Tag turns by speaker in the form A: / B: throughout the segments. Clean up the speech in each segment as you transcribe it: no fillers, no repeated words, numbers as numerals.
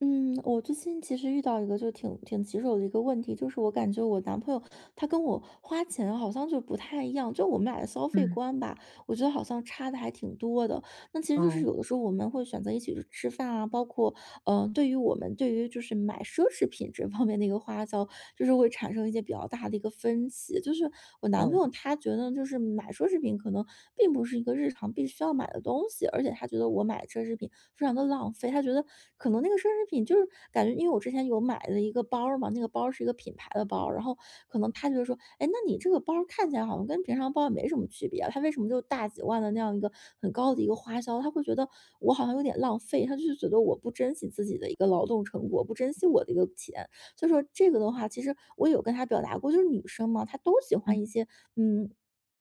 A: 嗯，我最近其实遇到一个就挺棘手的一个问题，就是我感觉我男朋友他跟我花钱好像就不太一样，就我们俩的消费
B: 嗯，
A: 观吧，我觉得好像差的还挺多的。那其实就是
B: 哦，
A: 有的时候我们会选择一起去吃饭啊，包括对于我们对于就是买奢侈品这方面的一个花销，就是会产生一些比较大的一个分歧。就是我男
B: 哦，
A: 朋友他觉得就是买奢侈品可能并不是一个日常必须要买的东西，而且他觉得我买奢侈品非常的浪费，他觉得可能那个奢侈品就是感觉因为我之前有买了一个包儿嘛，那个包儿是一个品牌的包儿然后可能他就说："哎，那你这个包儿看起来好像跟平常包也没什么区别啊，它为什么就大几万的那样一个很高的一个花销？"他会觉得我好像有点浪费，他就是觉得我不珍惜自己的一个劳动成果，不珍惜我的一个钱。所以说这个的话，其实我有跟他表达过，就是女生嘛，她都喜欢
B: 嗯
A: 一些，嗯，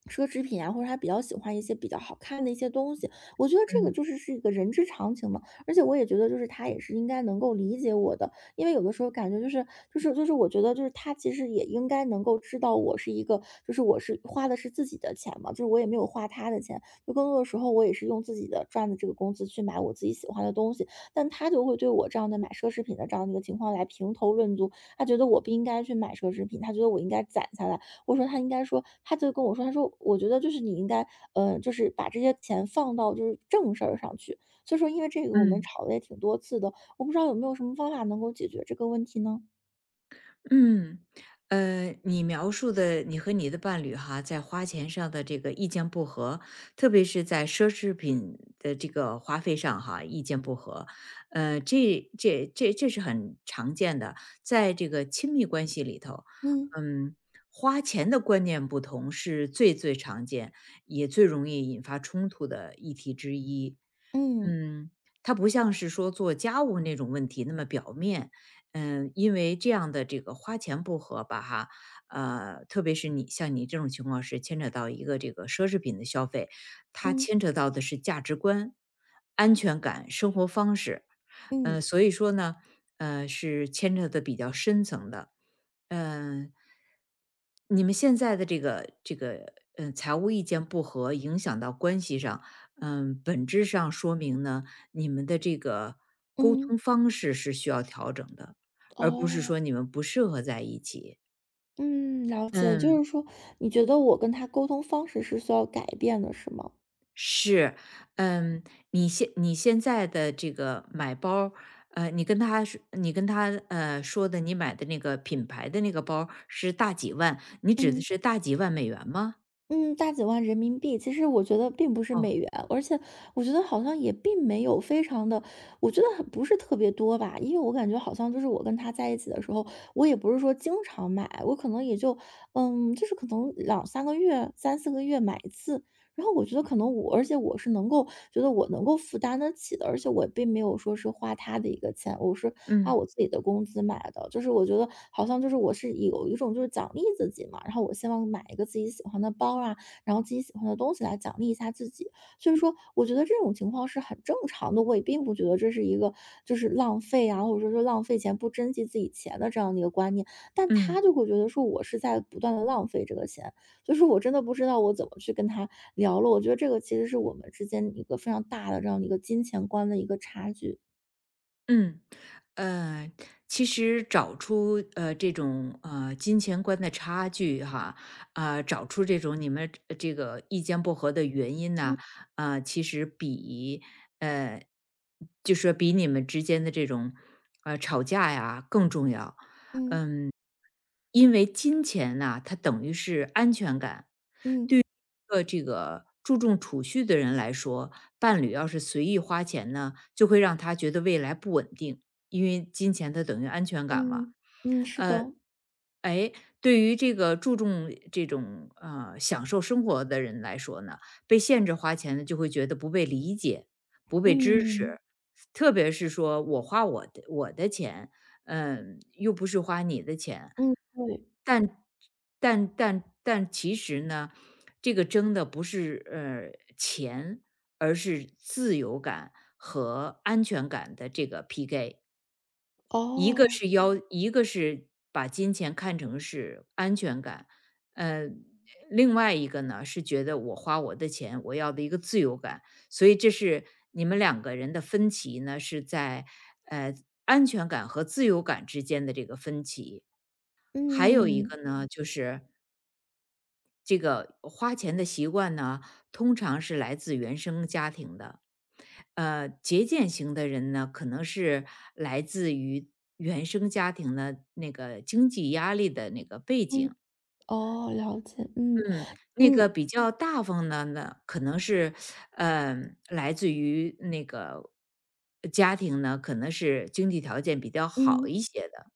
A: 奢侈品啊，或者他比较喜欢一些比较好看的一些东西，我觉得这个
B: 嗯
A: 就是一个人之常情嘛。而且我也觉得，就是他也是应该能够理解我的，因为有的时候感觉就是我觉得就是他其实也应该能够知道我是一个，就是我是花的是自己的钱嘛，就是我也没有花他的钱，就更多的时候我也是用自己的赚的这个工资去买我自己喜欢的东西，但他就会对我这样的买奢侈品的这样的一个情况来评头论足，他觉得我不应该去买奢侈品，他觉得我应该攒下来。我说他应该说他就跟我说，他说我觉得就是你应该，就是把这些钱放到就是正事儿上去。所以说，因为这个我们
B: 嗯
A: 吵了也挺多次的，我不知道有没有什么方法能够解决这个问题呢？
B: 嗯，你描述的你和你的伴侣哈，在花钱上的这个意见不合，特别是在奢侈品的这个花费上哈，意见不合，这是很常见的，在这个亲密关系里头。
A: 嗯
B: 嗯，花钱的观念不同是最最常见，也最容易引发冲突的议题之一。
A: 嗯
B: 嗯，它不像是说做家务那种问题那么表面。嗯，因为这样的这个花钱不合吧，哈，特别是你像你这种情况是牵扯到一个这个奢侈品的消费，它
A: 嗯
B: 牵扯到的是价值观、安全感、生活方式，
A: 嗯
B: 所以说呢，是牵扯的比较深层的。嗯，你们现在的这个嗯，财务意见不合，影响到关系上，嗯，本质上说明呢，你们的这个沟
A: 嗯，
B: 通方式是需要调整的，而不是
A: 哦。
B: 说你们不适合在一起。
A: 嗯，了解，就
B: 嗯，
A: 是说你觉得我跟他沟通方式是需要改变的，是吗？
B: 是，嗯，你现在的这个买包儿，你跟他说，你跟他说的，你买的那个品牌的那个包儿是大几万，你指的
A: 嗯。
B: 是大几万美元吗？
A: 嗯，大几万人民币，其实我觉得并不是
B: 哦，
A: 美元，而且我觉得好像也并没有非常的，我觉得很不是特别多吧，因为我感觉好像就是我跟他在一起的时候，我也不是说经常买，我可能也就，就是可能两三个月、三四个月买一次，然后我觉得可能我而且我是能够觉得我能够负担得起的，而且我并没有说是花他的一个钱，我是花
B: 嗯。
A: 我自己的工资买的。就是我觉得好像就是我是有一种就是奖励自己嘛，然后我希望买一个自己喜欢的包啊，然后自己喜欢的东西来奖励一下自己。所以说，我觉得这种情况是很正常的，我也并不觉得这是一个就是浪费啊，或者说是浪费钱不珍惜自己钱的这样的一个观念。但他
B: 嗯
A: 就会觉得说我是在不断的浪费这个钱，就是我真的不知道我怎么去跟他聊了，我觉得这个其实是我们之间一个非常大的这样的一个金钱观的一个差距。
B: 嗯，呃，其实找出这种金钱观的差距哈，啊、找出这种你们这个意见不合的原因
A: 嗯
B: 呢，啊、其实比呃就说比你们之间的这种吵架呀更重要。
A: 嗯
B: 嗯，因为金钱呐、它等于是安全感，
A: 嗯
B: 这个注重储蓄的人来说，伴侣要是随意花钱呢，就会让他觉得未来不稳定，因为金钱它等于安全感嘛。
A: 嗯嗯，是
B: 呃，
A: 的。
B: 哎，对于这个注重这种享受生活的人来说呢，被限制花钱呢，就会觉得不被理解、不被支持。
A: 嗯
B: 特别是说我花我的钱，嗯，又不是花你的钱，
A: 嗯，对。
B: 但但其实呢，这个争的不是钱，而是自由感和安全感的这个 PK。
A: 哦。
B: 一个是把金钱看成是安全感，呃，另外一个呢是觉得我花我的钱，我要的一个自由感，所以这是你们两个人的分歧呢，是在呃安全感和自由感之间的这个分歧。还有一
A: 嗯
B: 个呢，就是这个花钱的习惯呢，通常是来自原生家庭的。节俭型的人呢，可能是来自于原生家庭的那个经济压力的那个背
A: 嗯，
B: 景。
A: 哦，了解。嗯
B: 嗯，那个
A: 嗯
B: 比较大方的呢，可能是，呃，来自于那个家庭呢，可能是经济条件比较好
A: 嗯
B: 一些的。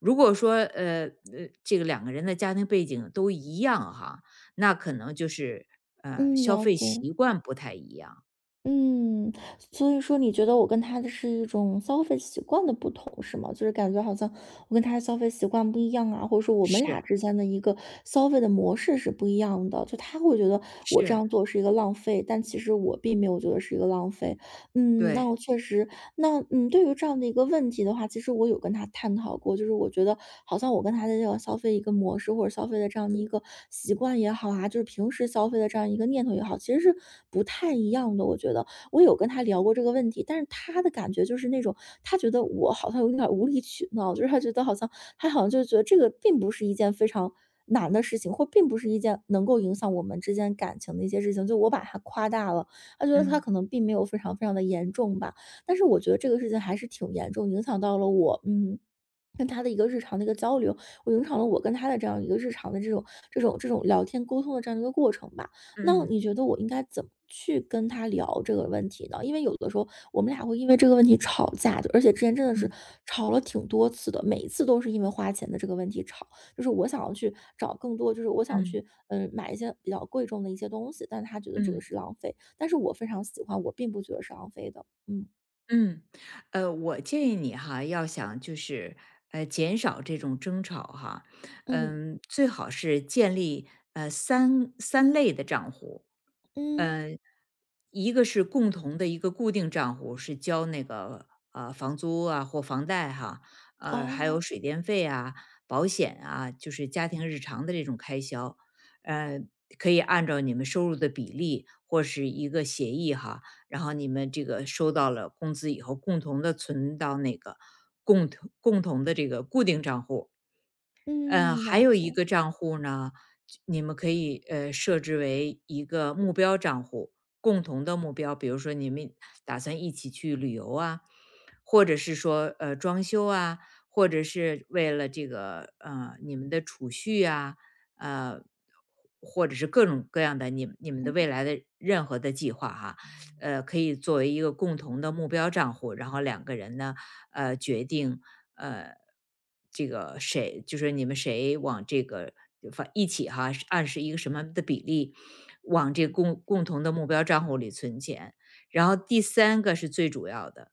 B: 如果说这个两个人的家庭背景都一样哈，那可能就是
A: 嗯，
B: 消
A: 了
B: 费
A: 解。
B: 习惯不太一样，
A: 嗯，所以说你觉得我跟他的是一种消费习惯的不同，是吗？就是感觉好像我跟他的消费习惯不一样啊，或者说我们俩
B: 是
A: 之间的一个消费的模式是不一样的。就他会觉得我这
B: 是，
A: 样做是一个浪费，但其实我并没有觉得是一个浪费。嗯，那
B: 对，
A: 我确实那嗯，对于这样的一个问题的话，其实我有跟他探讨过，就是我觉得好像我跟他的这个消费一个模式，或者消费的这样的一个习惯也好啊，就是平时消费的这样一个念头也好，其实是不太一样的。我觉得我有跟他聊过这个问题，但是他的感觉就是那种他觉得我好像有点无理取闹，就是他觉得好像他好像就觉得这个并不是一件非常。难的事情，或并不是一件能够影响我们之间感情的一些事情，就我把它夸大了，他觉得他
B: 嗯
A: 可能并没有非常非常的严重吧，但是我觉得这个事情还是挺严重，影响到了我，嗯，跟他的一个日常的一个交流，我影响了我跟他的这样一个日常的这种这种聊天沟通的这样一个过程吧。那
B: 嗯
A: 你觉得我应该怎么去跟他聊这个问题呢？因为有的时候我们俩会因为这个问题吵架，就而且之前真的是
B: 嗯
A: 吵了挺多次的，每一次都是因为花钱的这个问题吵。就是我想要去找更多，就是我想
B: 嗯
A: 去买一些比较贵重的一些东西，但是他觉得这
B: 嗯
A: 个
B: 嗯，
A: 是浪费，但是我非常喜欢，我并不觉得是浪费的，嗯。
B: 嗯我建议你哈，要想就是减少这种争吵哈，
A: 嗯，
B: 嗯，最好是建立三类的账户，
A: 嗯，
B: 嗯一个是共同的一个固定账户，是交那个房租啊或房贷哈，还有
A: 哦，
B: 水电费啊、保险啊，就是家庭日常的这种开销，呃，可以按照你们收入的比例或是一个协议哈，然后你们这个收到了工资以后，共同的存到那个共同的这个固定账户。
A: 嗯，
B: 还
A: 了
B: 有一
A: 解，
B: 个账户呢，你们可以设置为一个目标账户，共同的目标，比如说你们打算一起去旅游啊，或者是说装修啊，或者是为了这个你们的储蓄啊，呃，或者是各种各样的你们的未来的任何的计划哈、可以作为一个共同的目标账户，然后两个人呢，决定，呃，这个谁就是你们谁往这个反一起哈，按是一个什么的比例往这共同的目标账户里存钱。然后第三个是最主要的，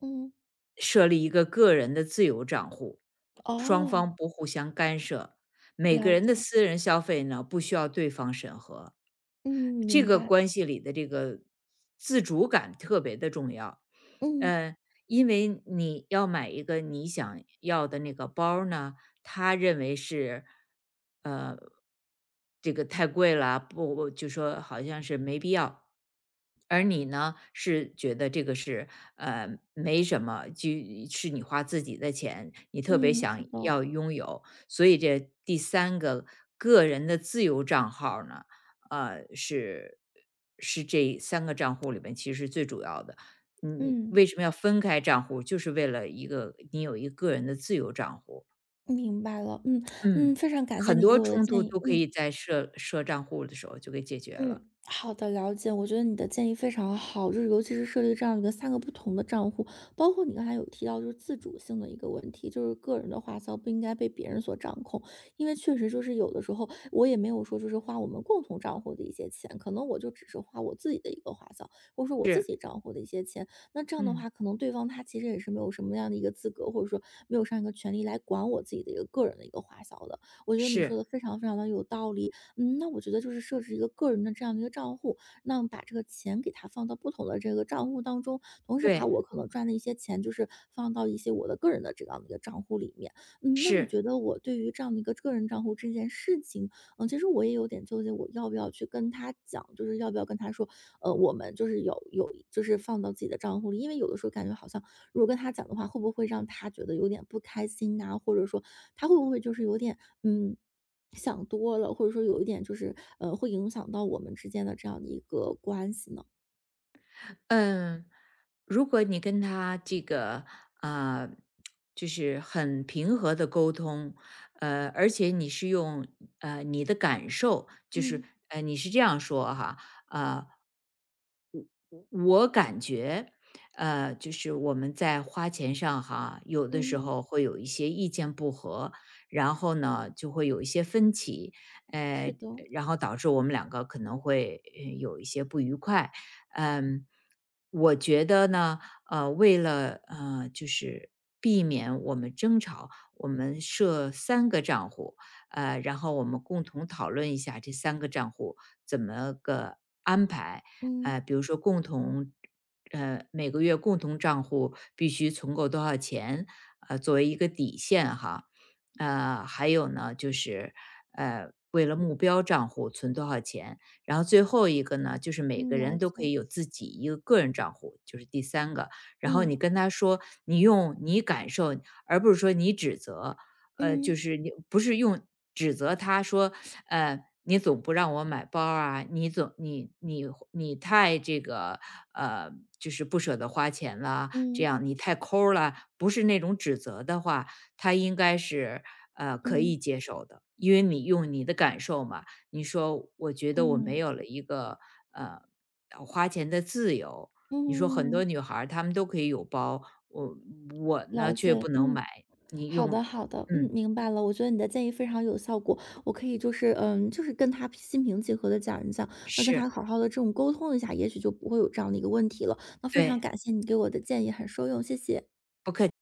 A: 嗯，
B: 设立一个个人的自由账户，双
A: 哦，
B: 方不互相干涉，每个
A: 了
B: 人的
A: 解，
B: 私人消费呢不需要对方审核。
A: 嗯，
B: 这
A: 明
B: 个
A: 白，
B: 关系里的这个自主感特别的重要。
A: 嗯，
B: 呃，因为你要买一个你想要的那个包儿呢，他认为是，呃，这个太贵了，不，不就说好像是没必要。而你呢，是觉得这个是没什么，就是你花自己的钱，你特别
A: 嗯，是
B: 想
A: 的，
B: 要拥有，所以这第三个个人的自由账号呢，呃，是是这三个账户里面其实是最主要的。你
A: 嗯，
B: 为什么要分开账户，就是为了一个你有一个个人的自由账户。
A: 明白了，嗯，嗯，
B: 嗯，
A: 非常感谢
B: 很
A: 你给
B: 多
A: 我的
B: 冲
A: 建
B: 突
A: 议，
B: 都可以
A: 嗯。
B: 在设账户的时候就给解决了。
A: 嗯，好的，了解。我觉得你的建议非常好，就是尤其是设立这样一个三个不同的账户，包括你刚才有提到就是自主性的一个问题，就是个人的花销不应该被别人所掌控，因为确实就是有的时候我也没有说就是花我们共同账户的一些钱，可能我就只是花我自己的一个花销，或者说我自
B: 是，
A: 己账户的一些钱，那这样的
B: 嗯，
A: 话，可能对方他其实也是没有什么样的一个资格，或者说没有上一个权利来管我自己的一个个人的一个花销的。我觉得你说
B: 是，
A: 的非常非常的有道理。嗯，那我觉得就是设置一个个人的这样的一个账户，那把这个钱给他放到不同的这个账户当中，同时把
B: 对，
A: 我可能赚的一些钱，就是放到一些我的个人的这样的一个账户里面。嗯，那你
B: 是。
A: 觉得我对于这样的一个个人账户这件事情，嗯，其实我也有点纠结，我要不要去跟他讲，就是要不要跟他说，我们就是有就是放到自己的账户里，因为有的时候感觉好像如果跟他讲的话，会不会让他觉得有点不开心呐、或者说他会不会就是有点嗯。想多了，或者说有一点就是，会影响到我们之间的这样的一个关系呢？
B: 嗯，如果你跟他这个啊，就是很平和的沟通，而且你是用你的感受，就是
A: 嗯
B: 你是这样说哈，啊、我感觉，就是我们在花钱上哈，有的时
A: 嗯，
B: 候会有一些意见不合，然后呢，就会有一些分歧，
A: 是
B: 呃，
A: 的，
B: 然后导致我们两个可能会有一些不愉快。嗯，我觉得呢，为了就是避免我们争吵，我们设三个账户，然后我们共同讨论一下这三个账户怎么个安排。
A: 嗯
B: 比如说共同每个月共同账户必须存够多少钱，作为一个底线哈。还有呢，就是为了目标账户存多少钱，然后最后一个呢，就是每
A: 嗯，
B: 个
A: 了
B: 人都
A: 解。
B: 可以有自己一个个人账户，就是第三个。然后你
A: 嗯
B: 跟他说，你用你感受，而不是说你指责，就
A: 嗯
B: 是你不是用指责他说，你总不让我买包儿啊，你总你你你太这个，呃，就是不舍得花钱了，这
A: 嗯
B: 样你太抠儿了，不是那种指责的话，他应该是可以
A: 嗯
B: 接受的，因为你用你的感受嘛，你说我觉得我没
A: 嗯
B: 有了一个呃花钱的自由，你说很多
A: 嗯，
B: 女孩儿她们都可以有包，我我呢
A: 了
B: 却
A: 解。
B: 不能买，
A: 嗯。
B: 你
A: 好的，
B: 用
A: 好的，嗯，
B: 嗯，
A: 明白了。我觉得你的建议非常有效果，我可以就是，嗯，就是跟他心平气和的讲一讲，那跟他
B: 是，
A: 好好的这种沟通一下，也许就不会有这样的一个问题了。那非常
B: 对，
A: 感谢你给我的建议，很受用，谢谢。
B: 不客气。